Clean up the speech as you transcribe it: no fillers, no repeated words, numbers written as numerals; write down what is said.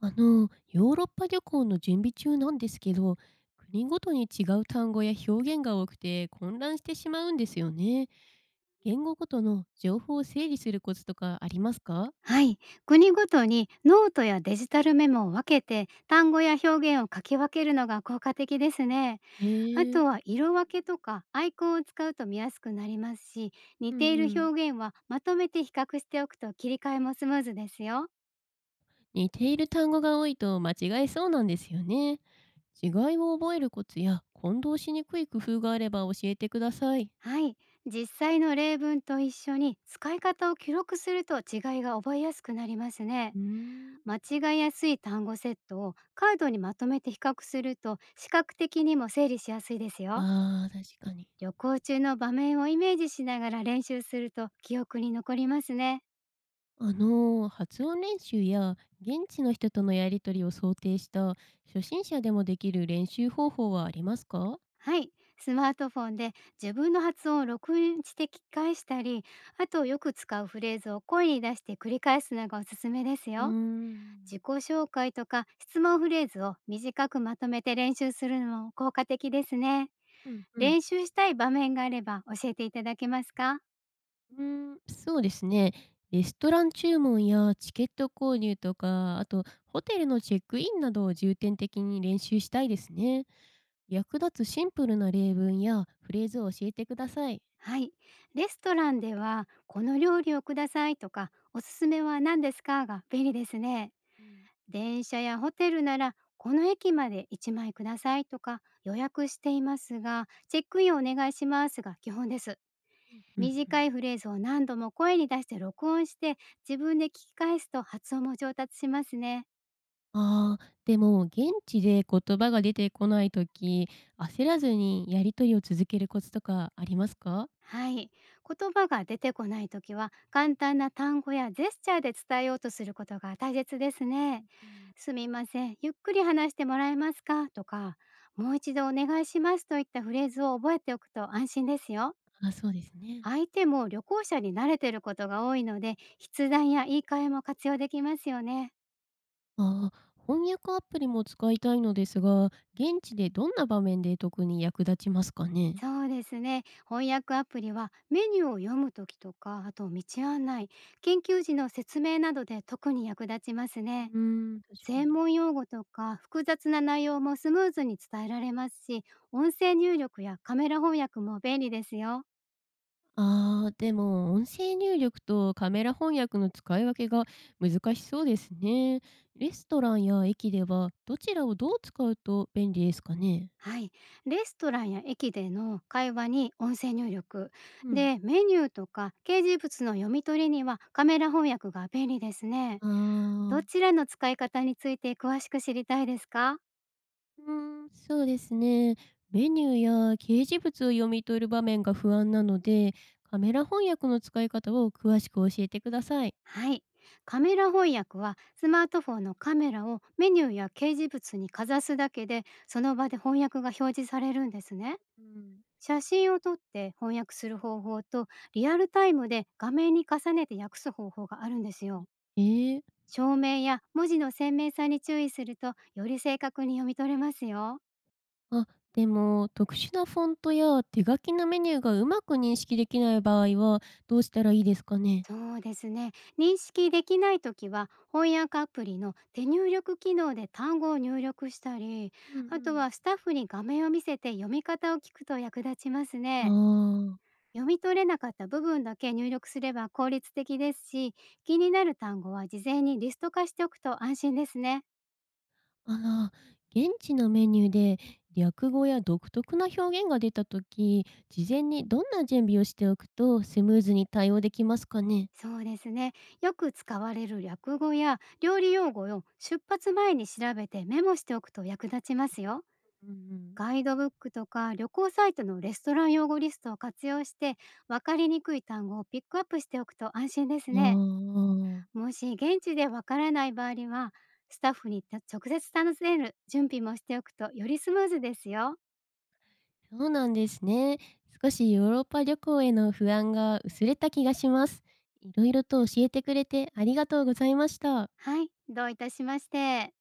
ヨーロッパ旅行の準備中なんですけど、国ごとに違う単語や表現が多くて混乱してしまうんですよね。言語ごとの情報を整理するコツとかありますか？はい。国ごとにノートやデジタルメモを分けて、単語や表現を書き分けるのが効果的ですね。えあー、とは色分けとかアイコンを使うと見やすくなりますし、う似んうているん。表現はまとめて比較しておくと切り替えもスムーズですよ。似ている単語が多いと間違えそうなんですよね。違いを覚えるコツや混同しにくい工夫があれば教えてください。はい。実際の例文と一緒に使い方を記録すると違いが覚えやすくなりますね。うーん。間違いやすい単語セットをカードにまとめて比較すると視覚的にも整理しやすいですよ。あー、確かに。旅行中の場面をイメージしながら練習すると記憶に残りますね。発音練習や現地の人とのやり取りを想定した初心者でもできる練習方法はありますか？はい。スマートフォンで自分の発音を録音して聞き返したり、あとよく使うフレーズを声に出して繰り返すのがおすすめですうーよ。自ん。己紹介とか質問フレーズを短くまとめて練習するのも効果的ですね。うんうん。練習したい場面があれば教えていただけますか？うーん、そうですね。レストラン注文やチケット購入とか、あとホテルのチェックインなどを重点的に練習したいですね。役立つシンプルな例文やフレーズを教えてください。はい。レストランではこの料理をくださいとかおすすめは何ですかが便利ですね。電車やホテルならこの駅まで1枚くださいとか、予約していますがチェックインお願いしますが基本です。うんうん。短いフレーズを何度も声に出して録音して自分で聞き返すと発音も上達しますね。ああ、でも現地で言葉が出てこないとき焦らずにやりとりを続けるコツとかありますか？はい。言葉が出てこないときは簡単な単語やジェスチャーで伝えようとすることが大切ですうね。んうん。すみません、ゆっくり話してもらえますかとか、もう一度お願いしますといったフレーズを覚えておくと安心ですよ。あ、そうですね。相手も旅行者に慣れてることが多いので、筆談や言い換えも活用できますよね。ああ、翻訳アプリも使いたいのですが、現地でどんな場面で特に役立ちますかね？そうですね。翻訳アプリはメニューを読むときとか、あと道案内、緊急時の説明などで特に役立ちますうね。ーん、確か専に。門用語とか複雑な内容もスムーズに伝えられますし、音声入力やカメラ翻訳も便利ですよ。ああ、でも音声入力とカメラ翻訳の使い分けが難しそうですね。レストランや駅ではどちらをどう使うと便利ですかね？はい、レストランや駅での会話に音声入力うん。でメニューとか掲示物の読み取りにはカメラ翻訳が便利ですね。あどあ。ちらの使い方について詳しく知りたいですか？うーん、そうですね。メニューや掲示物を読み取る場面が不安なので、カメラ翻訳の使い方を詳しく教えてください。はい。カメラ翻訳はスマートフォンのカメラをメニューや掲示物にかざすだけでその場で翻訳が表示されるんですね。うん。写真を撮って翻訳する方法とリアルタイムで画面に重ねて訳す方法があるんですよ。ええ。照明や文字の鮮明さに注意するとより正確に読み取れますよ。あ、でも特殊なフォントや手書きのメニューがうまく認識できない場合はどうしたらいいですかね？そうですね。認識できないときは翻訳アプリの手入力機能で単語を入力したり、うあとんはスタッフに画面を見せて読み方を聞くと役立ちますうね。ん。あ読み取れなかった部分だけ入力すれば効率的ですし、気になる単語は事前にリスト化しておくと安心ですね。あ、あら、現地のメニューで略語や独特な表現が出たとき、事前にどんな準備をしておくとスムーズに対応できますかね？そうですね。よく使われる略語や料理用語を出発前に調べてメモしておくと役立ちますよ。うんうん。ガイドブックとか旅行サイトのレストラン用語リストを活用して分かりにくい単語をピックアップしておくと安心ですあね。あ、もし現地でわからない場合にはスタッフに直接尋ねる準備もしておくとよりスムーズですよ。そうなんですね。少しヨーロッパ旅行への不安が薄れた気がします。いろいろと教えてくれてありがとうございました。はい、どういたしまして。